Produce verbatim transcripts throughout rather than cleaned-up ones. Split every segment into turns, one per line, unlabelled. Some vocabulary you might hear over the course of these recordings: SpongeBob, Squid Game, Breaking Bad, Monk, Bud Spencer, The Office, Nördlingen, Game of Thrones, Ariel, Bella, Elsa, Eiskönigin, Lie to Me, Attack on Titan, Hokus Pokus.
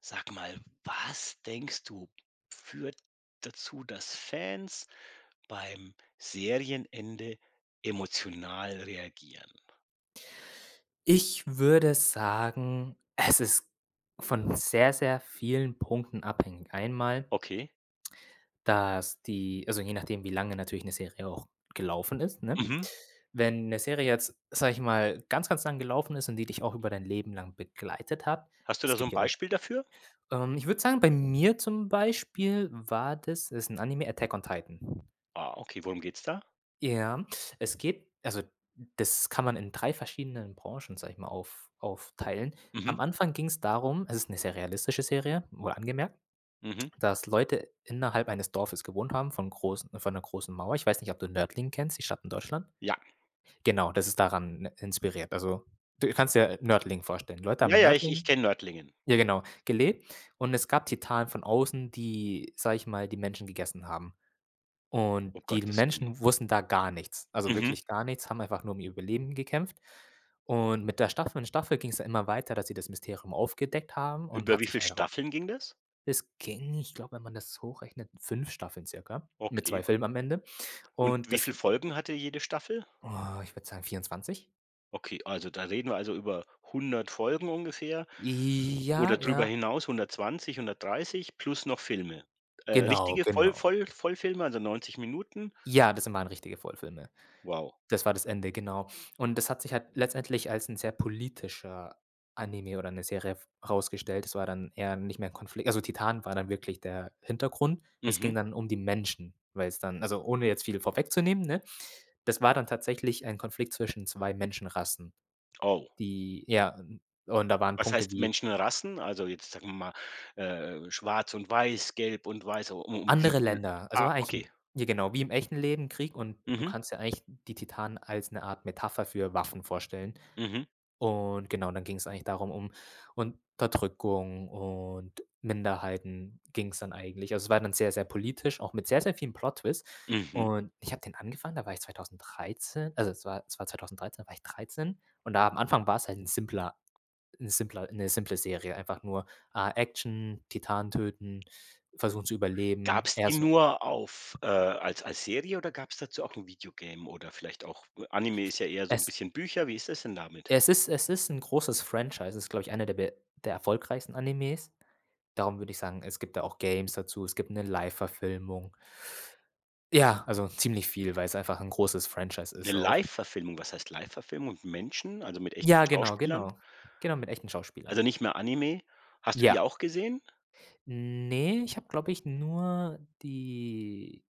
Sag mal, was denkst du, führt dazu, dass Fans beim Serienende emotional reagieren?
Ich würde sagen, es ist von sehr, sehr vielen Punkten abhängig. Einmal,
Okay.
dass die also, je nachdem, wie lange natürlich eine Serie auch gelaufen ist, ne?
Mhm.
Wenn eine Serie jetzt, sage ich mal, ganz, ganz lang gelaufen ist und die dich auch über dein Leben lang begleitet hat.
Hast du da
Es
so
gibt
'n
ja un
Beispiel dafür?
ähm, Ich würde sagen, bei mir zum Beispiel war das das ist ein Anime, Attack on Titan.
Ah, okay, worum geht's da?
Ja, es geht also, das kann man in drei verschiedenen Branchen, sage ich mal, auf aufteilen.
Mhm,
Am Anfang ging es darum, es ist eine sehr realistische Serie, wohl angemerkt,
mhm.
dass Leute innerhalb eines Dorfes gewohnt haben, von großen von einer großen Mauer. Ich weiß nicht, ob du Nördling kennst, die Stadt in Deutschland?
Ja.
Genau, das ist daran äh, inspiriert. Also, du kannst dir Nördling vorstellen. Leute haben
Ja,
in
ja, ich ich
Nördlingen,
kenne Nördlingen,
ja, genau, gelebt, und es gab Titanen von außen, die, sage ich mal, die Menschen gegessen haben. Und
um
die
Gottes Willen.
Menschen wussten da gar nichts, also
Mhm.
wirklich gar nichts, haben einfach nur um ihr Überleben gekämpft. Und mit der Staffel in Staffel ging es dann immer weiter, dass sie das Mysterium aufgedeckt haben und
Über
hat
wie
sich
viel
heraus,
Staffeln ging das?
es ging, ich glaube, wenn man das hochrechnet, fünf Staffeln circa mit zwei
Okay.
Filmen am Ende.
Und
Und
wie viel
das
Folgen hatte jede Staffel?
oh, ich würde sagen vierundzwanzig.
Okay, also da reden wir also über hundert Folgen ungefähr?
Ja,
Oder drüber
ja,
hinaus hundertzwanzig, hundertdreißig plus noch Filme. Äh,
genau,
richtige Voll
genau.
Voll Vollfilme, also neunzig Minuten.
Ja, das waren richtige Vollfilme.
Wow.
Das war das Ende, genau. Und das hat sich halt letztendlich als ein sehr politischer Anime oder eine Serie v herausgestellt. Es war dann eher nicht mehr 'n Konflikt, also Titan war dann wirklich der Hintergrund. Es ging
Mhm.
dann um die Menschen, weil es dann also, ohne jetzt viel vorwegzunehmen, ne? Das war dann tatsächlich ein Konflikt zwischen zwei Menschenrassen,
Oh.
die, ja, ähm und da waren
Was
Punkte
heißt
wie
Menschenrassen? Also, jetzt sagen wir mal, äh, schwarz und weiß, gelb und weiß, um um diese
andere
Bl-.
Länder. Also,
Ah,
war eigentlich
okay.
'n, ja, genau, wie im echten Leben Krieg, und du
Mhm,
kannst dir eigentlich die Titanen als eine Art Metapher für Waffen vorstellen.
mhm,
Und genau, dann ging es eigentlich darum, um Unterdrückung und Minderheiten ging es dann eigentlich. Also, es war dann sehr, sehr politisch, auch mit sehr, sehr vielen Plot-Twists.
mhm.
Und ich habe den angefangen, da war ich zwanzig dreizehn, also es war es war zwanzig dreizehn, da war ich dreizehn, und da am Anfang war es halt ein simpler ein simpler eine simple Serie, einfach nur, ah, Action, Titan töten, versuchen zu überleben.
Gab's
Eher
die
so
nur auf äh, als als Serie oder gab es dazu auch ein Videogame oder vielleicht auch Anime ist ja eher so ein
es
bisschen Bücher. Wie ist das denn damit?
es ist es ist ein großes Franchise, es ist, glaube ich, einer der be der erfolgreichsten Animes. Darum würde ich sagen, es gibt da auch Games dazu, es gibt 'ne Live-Verfilmung. Ja, also ziemlich viel, weil's einfach 'n großes Franchise
Eine
ist auch.
Live-Verfilmung. Was heißt Live-Verfilmung? Mit Menschen, also mit echten
Ja, genau,
Schauspielern?
genau. Genau, mit echten Schauspielern.
Also, nicht mehr Anime? Hast du die
Ja.
auch gesehen?
Ne, ich habe, glaube ich, nur die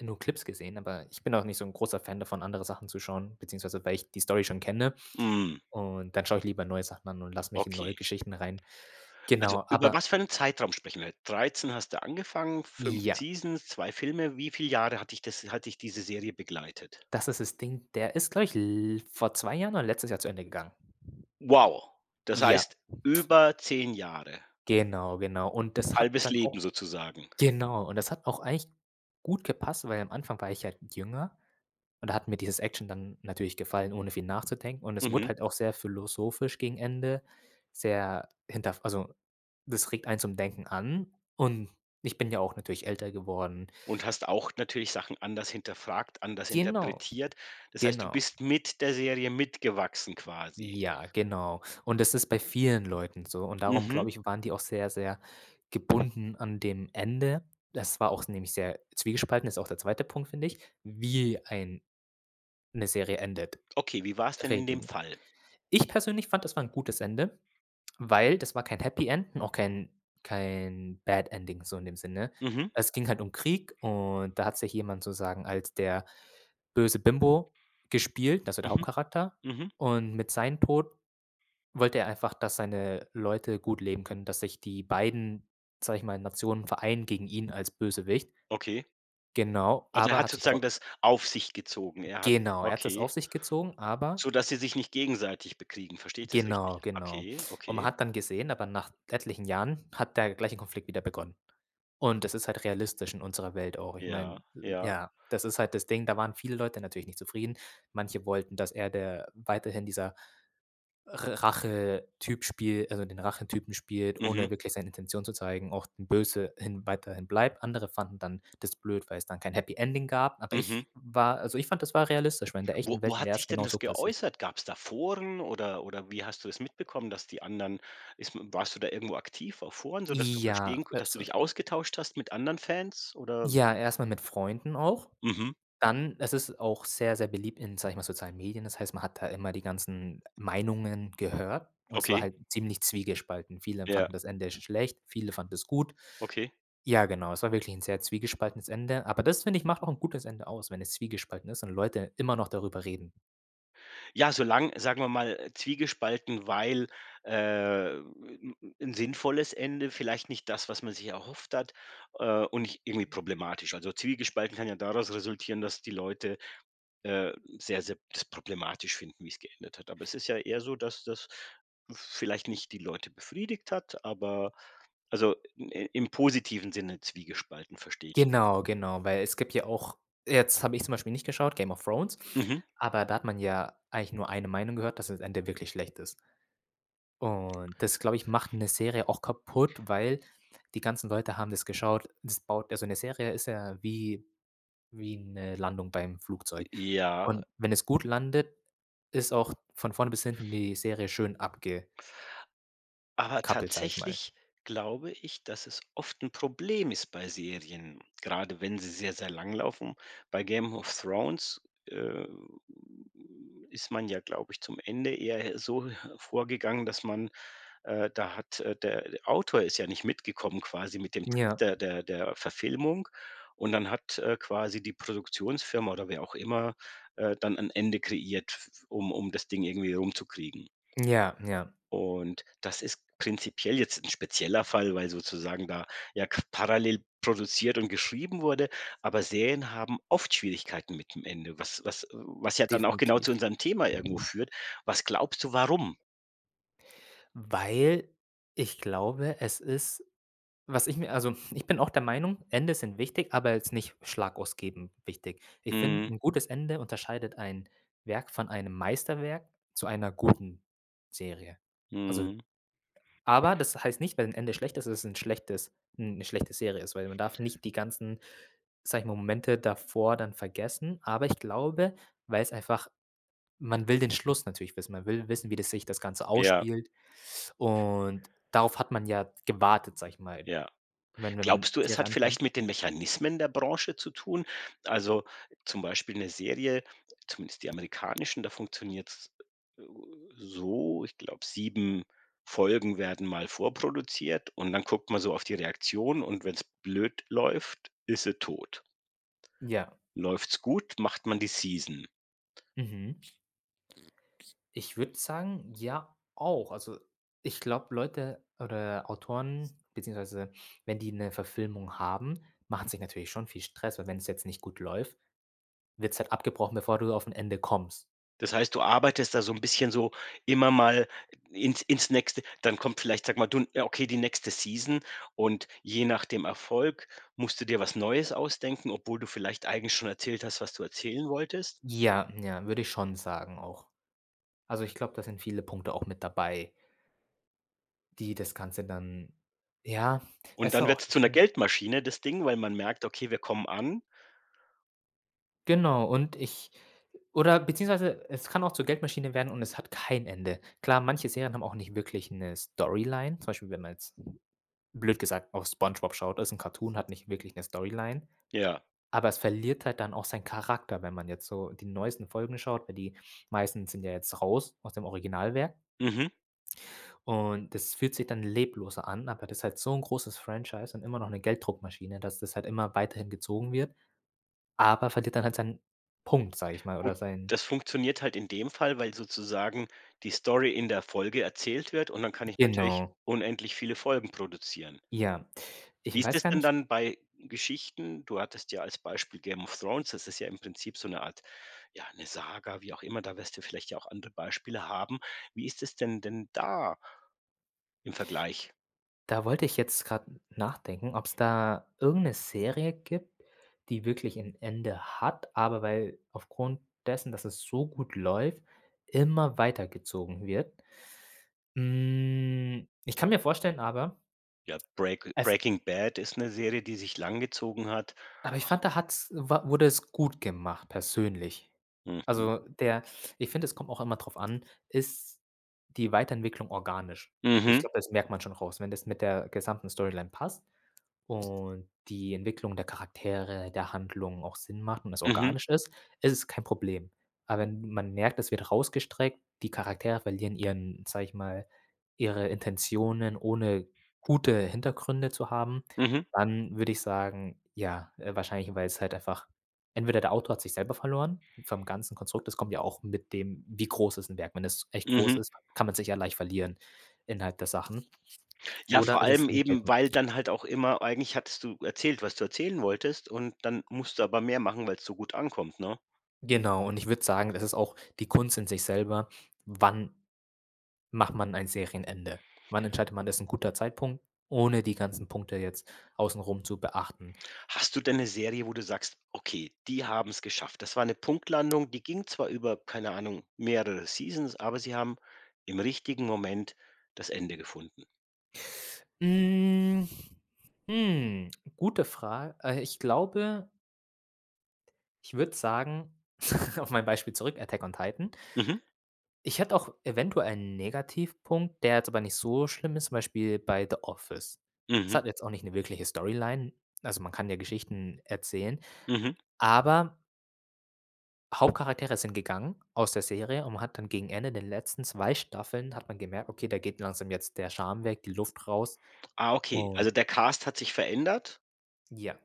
nur Clips gesehen, aber ich bin auch nicht so 'n großer Fan davon, andere Sachen zu schauen, beziehungsweise weil ich die Story schon kenne,
Hm,
und dann schaue ich lieber neue Sachen an und lasse mich in neue
okay.
Geschichten rein.
Also,
Genau,
über
aber
was für einen Zeitraum sprechen wir? dreizehn hast du angefangen, fünf
ja,
Seasons, zwei Filme. Wie viele Jahre hat dich das hat dich diese Serie begleitet?
das ist das Ding. Der ist, glaube ich, l vor zwei Jahren oder letztes Jahr zu Ende gegangen.
Wow, das
Ja.
heißt über zehn Jahre,
Genau, genau. Und das hat
halbes
dann
Leben
auch,
sozusagen.
genau, und das hat auch eigentlich gut gepasst, weil am Anfang war ich halt jünger, und da hat mir dieses Action dann natürlich gefallen, ohne viel nachzudenken. Und es wurde
Mhm.
halt auch sehr philosophisch gegen Ende, sehr hinter, also das regt einen zum Denken an, und ich bin ja auch natürlich älter geworden.
Und hast auch natürlich Sachen anders hinterfragt, anders
Genau,
interpretiert. Das heißt, du
genau.
bist mit der Serie mitgewachsen quasi.
Ja, genau. Und das ist bei vielen Leuten so. Und darum,
Mhm.
glaube ich, waren die auch sehr, sehr gebunden an dem Ende. Das war auch nämlich sehr zwiegespalten, ist auch der zweite Punkt, finde ich, wie ein 'ne Serie endet,
Okay, wie war es denn in dem
regeln.
Fall?
Ich persönlich fand, das war ein gutes Ende, weil das war kein Happy End und auch kein kein Bad Ending so in dem Sinne.
Mhm,
Es ging halt um Krieg, und da hat sich jemand sozusagen als der böse Bimbo gespielt, also der
mhm,
Hauptcharakter.
mhm.
Und mit seinem Tod wollte er einfach, dass seine Leute gut leben können, dass sich die beiden, sage ich mal, Nationen vereinen gegen ihn als Bösewicht.
Okay.
Genau,
Also, er
aber
hat
hat sich
sozusagen
herau,
das auf sich gezogen. Er hat,
genau, er hat es auf
okay,
sich gezogen, aber
so dass sie sich nicht gegenseitig bekriegen. Verstehe ich das richtig?
genau, genau.
Okay,
Und man
okay.
hat dann gesehen, aber nach etlichen Jahren hat der gleiche Konflikt wieder begonnen. Und das ist halt realistisch in unserer Welt auch. Ich
Ja,
meine,
ja.
ja, das ist halt das Ding, da waren viele Leute natürlich nicht zufrieden. Manche wollten, dass er der weiterhin dieser Rache-Typ spielt, also den Rachetypen spielt, ohne
Mhm,
wirklich seine Intention zu zeigen, auch den böse hin weiterhin bleibt. Andere fanden dann das blöd, weil es dann kein Happy Ending gab, aber
mhm.
ich war, also ich fand, das war realistisch, weil in der
Wo
echten
wo
Welt wäre
hat
es
sich denn
genauso
das
passiert.
geäußert? Gab es da Foren oder oder wie hast du das mitbekommen, dass die anderen ist m warst du da irgendwo aktiv auf Foren, sodass du
Ja,
verstehen k dass du
also
dich ausgetauscht hast mit anderen Fans oder.
ja, erstmal mit Freunden auch.
Mhm,
Dann es ist auch sehr, sehr beliebt in, sage ich mal, sozialen Medien. Das heißt, man hat da immer die ganzen Meinungen gehört, und es war
okay,
halt ziemlich zwiegespalten. Viele
ja,
fanden das Ende schlecht, viele fanden es gut.
okay.
Ja, genau, es war wirklich ein sehr zwiegespaltenes Ende, aber das, finde ich, macht auch ein gutes Ende aus, wenn es zwiegespalten ist und Leute immer noch darüber reden.
Ja, solange, sagen wir mal, zwiegespalten, weil, äh, 'n ein sinnvolles Ende, vielleicht nicht das, was man sich erhofft hat, äh, und nicht irgendwie problematisch. Also, zwiegespalten kann ja daraus resultieren, dass die Leute, äh, sehr, sehr das problematisch finden, wie es geendet hat. Aber es ist ja eher so, dass das vielleicht nicht die Leute befriedigt hat, aber also, i im positiven Sinne zwiegespalten, verstehe ich.
Genau, genau, weil es gibt ja auch, jetzt habe ich zum Beispiel nicht geschaut, Game of Thrones,
Mhm.
aber da hat man ja eigentlich nur eine Meinung gehört, dass das Ende wirklich schlecht ist. Und das, glaube ich, macht eine Serie auch kaputt, weil die ganzen Leute haben das geschaut. Das baut, also eine Serie ist ja wie wie eine Landung beim Flugzeug.
Ja.
Und wenn es gut landet, ist auch von vorne bis hinten die Serie schön abgekappelt,
Aber
sage ich mal.
tatsächlich glaube ich, dass es oft ein Problem ist bei Serien, gerade wenn sie sehr, sehr lang laufen. Bei Game of Thrones, äh, ist man ja, glaube ich, zum Ende eher so vorgegangen, dass man äh, da hat äh, der der Autor ist ja nicht mitgekommen quasi mit dem Takt
Ja,
der der der Verfilmung, und dann hat, äh, quasi die Produktionsfirma oder wer auch immer, äh, dann ein Ende kreiert, um um das Ding irgendwie rumzukriegen.
ja, ja,
Und das ist prinzipiell jetzt ein spezieller Fall, weil sozusagen da ja k parallel produziert und geschrieben wurde, aber Serien haben oft Schwierigkeiten mit dem Ende, was was äh, was ja dann auch genau
definitiv.
zu unserem Thema irgendwo führt. Was glaubst du, warum?
Weil ich glaube, es ist, was ich mir, also ich bin auch der Meinung, Ende sind wichtig, aber jetzt nicht schlagausgebend wichtig. Ich
Mhm,
finde, ein gutes Ende unterscheidet ein Werk von einem Meisterwerk zu einer guten Serie. Also,
mhm.
aber das heißt nicht, wenn ein Ende schlecht ist, dass es ein schlechtes eine schlechte Serie ist, weil man darf nicht die ganzen, sage ich mal, Momente davor dann vergessen. Aber ich glaube, weil es einfach, man will den Schluss natürlich wissen. Man will wissen, wie das sich das Ganze
Ja,
ausspielt, und darauf hat man ja gewartet, sage ich mal. Ich
ja.
meine, wenn man
Glaubst du, es
Serie
hat
anfängt,
vielleicht mit den Mechanismen der Branche zu tun? Also, zum Beispiel eine Serie, zumindest die amerikanischen, da funktioniert äh, so, ich glaube, sieben Folgen werden mal vorproduziert und dann guckt man so auf die Reaktion und wenn es blöd läuft, ist sie tot.
ja,
Läuft's gut, macht man die Season.
mhm. Ich würde sagen, ja, auch. Also, ich glaube, Leute oder Autoren, beziehungsweise wenn die eine Verfilmung haben, machen sich natürlich schon viel Stress, weil wenn es jetzt nicht gut läuft, wird es halt abgebrochen, bevor du auf ein Ende kommst.
Das heißt, du arbeitest da so ein bisschen so immer mal ins ins nächste dann kommt vielleicht, sag mal, du ja, okay, die nächste Season und je nach dem Erfolg musst du dir was Neues ausdenken, obwohl du vielleicht eigentlich schon erzählt hast, was du erzählen wolltest.
Ja, ja, würde ich schon sagen auch. Also, ich glaube, da sind viele Punkte auch mit dabei, die das Ganze dann, ja,
Und
es
dann
soll auch,
wird es zu einer Geldmaschine, das Ding, weil man merkt: „Okay, wir kommen an."
genau, und ich oder beziehungsweise, es kann auch zur Geldmaschine werden und es hat kein Ende. Klar, manche Serien haben auch nicht wirklich eine Storyline, zum Beispiel, wenn man jetzt blöd gesagt auf SpongeBob schaut, ist ein Cartoon, hat nicht wirklich eine Storyline,
Ja,
aber es verliert halt dann auch seinen Charakter, wenn man jetzt so die neuesten Folgen schaut, weil die meisten sind ja jetzt raus aus dem Originalwerk,
mhm.
und das fühlt sich dann lebloser an, aber das ist halt so ein großes Franchise und immer noch eine Gelddruckmaschine, dass das halt immer weiterhin gezogen wird, aber verliert dann halt seinen Punkt, sage ich mal,
Gut,
oder sein,
das funktioniert halt in dem Fall, weil sozusagen die Story in der Folge erzählt wird und dann kann ich natürlich
genau.
unendlich viele Folgen produzieren.
Ja, ich
Wie ist
weiß
es
gar
denn
nicht,
dann bei Geschichten? Du hattest ja als Beispiel Game of Thrones, das ist ja im Prinzip so eine Art ja, eine Saga, wie auch immer, da wirst du vielleicht ja auch andere Beispiele haben. Wie ist es denn denn da im Vergleich?
da wollte ich jetzt gerade nachdenken, ob es da irgendeine Serie gibt, die wirklich ein Ende hat, aber weil aufgrund dessen, dass es so gut läuft, immer weitergezogen wird. Hm, ich kann mir vorstellen, aber
Ja, Break
es
Breaking Bad ist eine Serie, die sich langgezogen hat.
aber ich fand, da hat's wa wurde es gut gemacht persönlich.
Mhm.
Also, der ich finde, es kommt auch immer drauf an, ist die Weiterentwicklung organisch? Ich
Mhm.
glaube, das merkt man schon raus, wenn das mit der gesamten Storyline passt und die Entwicklung der Charaktere, der Handlungen auch Sinn macht und das
Mhm.
organisch ist, ist es kein Problem. Aber wenn man merkt, es wird rausgestreckt, die Charaktere verlieren ihren, sage ich mal, ihre Intentionen, ohne gute Hintergründe zu haben,
Mhm.
dann würde ich sagen, ja, äh, wahrscheinlich, weil es halt einfach entweder der Autor hat sich selber verloren vom ganzen Konstrukt, das kommt ja auch mit dem, wie groß ist ein Werk? Wenn es echt groß
Mhm.
ist, kann man sich ja leicht verlieren innerhalb der Sachen.
Ja,
Oder
vor
ist
allem
es 'ne,
eben, weil dann halt auch immer eigentlich hattest du erzählt, was du erzählen wolltest und dann musst du aber mehr machen, weil es so gut ankommt, ne?
genau, und ich würde sagen, das ist auch die Kunst in sich selber. Wann macht man ein Serienende? Wann entscheidet man, das ist ein guter Zeitpunkt, ohne die ganzen Punkte jetzt außenrum zu beachten?
Hast du denn 'ne Serie, wo du sagst: „Okay, die haben es geschafft. Das war eine Punktlandung, die ging zwar über, keine Ahnung, mehrere Seasons, aber sie haben im richtigen Moment das Ende gefunden."
Hm, hm, gute Frage. äh, ich glaube, ich würde sagen, auf mein Beispiel zurück, „Attack on Titan“.
Mhm,
Ich hätte auch eventuell einen Negativpunkt, der jetzt aber nicht so schlimm ist, zum Beispiel bei „The Office“. Es
mhm,
hat jetzt auch nicht eine wirkliche Storyline, also man kann ja Geschichten erzählen,
mhm.
aber Hauptcharaktere sind gegangen aus der Serie, und man hat dann gegen Ende, den letzten zwei Staffeln, hat man gemerkt: „Okay, da geht langsam jetzt der Charme weg, die Luft raus.“
Ah, okay.
Und
Also, der Cast hat sich verändert.
ja,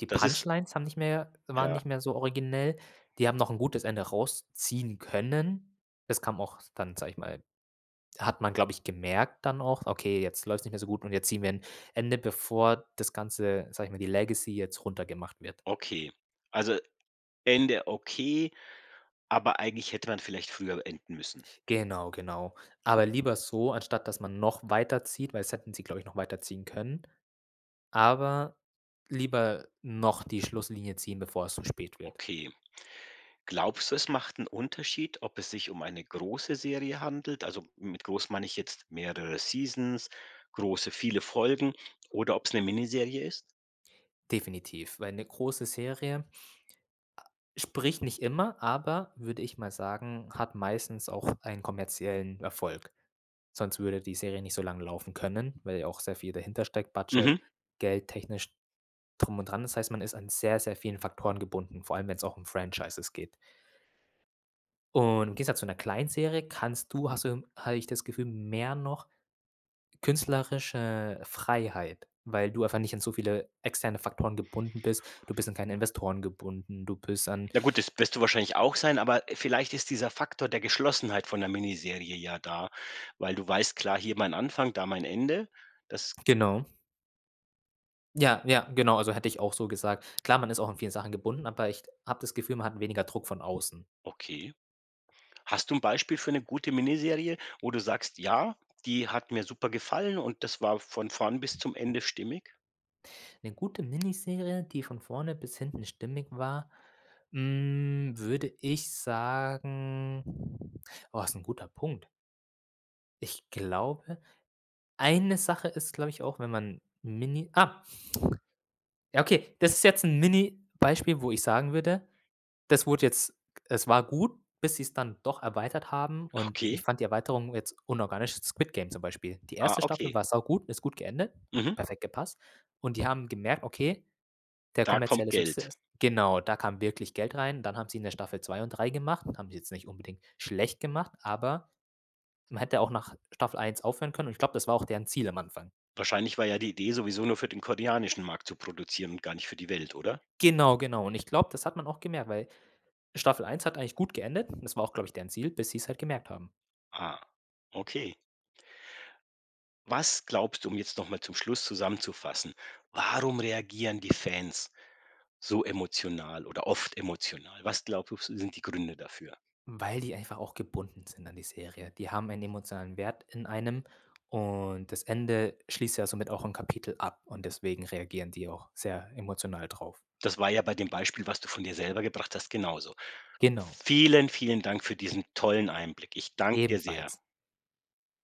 die
Das ist
Punchlines haben nicht mehr waren
ja,
nicht mehr so originell. Die haben noch ein gutes Ende rausziehen können. Das kam auch dann, sage ich mal, hat man, glaube ich, gemerkt dann auch: „Okay, jetzt läuft's nicht mehr so gut, und jetzt ziehen wir ein Ende, bevor das Ganze, sage ich mal, die Legacy jetzt runtergemacht wird.“
okay. Also, Ende okay, aber eigentlich hätte man vielleicht früher enden müssen.
Genau, genau. Aber lieber so, anstatt dass man noch weiterzieht, weil das hätten sie, glaube ich, noch weiterziehen können. Aber lieber noch die Schlusslinie ziehen, bevor es zu spät wird.
Okay. Glaubst du, es macht einen Unterschied, ob es sich um eine große Serie handelt? Also, mit groß meine ich jetzt mehrere Seasons, große, viele Folgen oder ob es eine Miniserie ist?
Definitiv, weil eine große Serie spricht nicht immer, aber würde ich mal sagen, hat meistens auch einen kommerziellen Erfolg. Sonst würde die Serie nicht so lange laufen können, weil ja auch sehr viel dahinter steckt, Budget,
Mhm.
Geld, technisch drum und dran. Das heißt, man ist an sehr, sehr vielen Faktoren gebunden, vor allem wenn es auch um Franchises geht. Und im Gegensatz zu einer kleinen Serie kannst du hast du hatte ich das Gefühl, mehr noch künstlerische Freiheit, weil du einfach nicht an so viele externe Faktoren gebunden bist. Du bist an keine Investoren gebunden, du bist an,
Na gut, das wirst du wahrscheinlich auch sein, aber vielleicht ist dieser Faktor der Geschlossenheit von 'ner Miniserie ja da, weil du weißt, klar, hier mein Anfang, da mein Ende. Das,
genau. Ja, ja, genau, also hätte ich auch so gesagt. Klar, man ist auch an vielen Sachen gebunden, aber ich habe das Gefühl, man hat weniger Druck von außen.
okay. Hast du ein Beispiel für eine gute Miniserie, wo du sagst: „Ja, die hat mir super gefallen und das war von vorn bis zum Ende stimmig?"
'Ne gute Miniserie, die von vorne bis hinten stimmig war, hm, würde ich sagen, oh, ist 'n guter Punkt. Ich glaube, eine Sache ist, glaube ich, auch, wenn man Mini, ah! Ja, okay, das ist jetzt ein Mini-Beispiel, wo ich sagen würde, das wurde jetzt es war gut, bis sie es dann doch erweitert haben, und
Okay.
ich fand die Erweiterung jetzt unorganisch, Squid Game zum Beispiel. Die
Ah,
erste Staffel
okay.
war saugut, ist gut geendet, hat
Mhm.
perfekt gepasst, und die haben gemerkt, okay, der
Da kommt
kommerzielle
Geld.
Success, genau, da kam wirklich Geld rein. Dann haben sie in der Staffel zwei und drei gemacht, haben sie jetzt nicht unbedingt schlecht gemacht, aber man hätte auch nach Staffel eins aufhören können, und ich glaube, das war auch deren Ziel am Anfang.
Wahrscheinlich war ja die Idee sowieso nur für den koreanischen Markt zu produzieren und gar nicht für die Welt, oder?
Genau, genau, und ich glaube, das hat man auch gemerkt, weil Staffel eins hat eigentlich gut geendet. Das war auch, glaube ich, deren Ziel, bis sie es halt gemerkt haben.
Ah, okay. Was glaubst du, um jetzt noch mal zum Schluss zusammenzufassen, warum reagieren die Fans so emotional oder oft emotional? Was glaubst du, sind die Gründe dafür?
Weil die einfach auch gebunden sind an die Serie. Die haben einen emotionalen Wert in einem, und das Ende schließt ja somit auch ein Kapitel ab, und deswegen reagieren die auch sehr emotional drauf.
Das war ja bei dem Beispiel, was du von dir selber gebracht hast, genauso.
Genau,
Vielen, vielen Dank für diesen tollen Einblick. Ich danke dir sehr.
ebenfalls.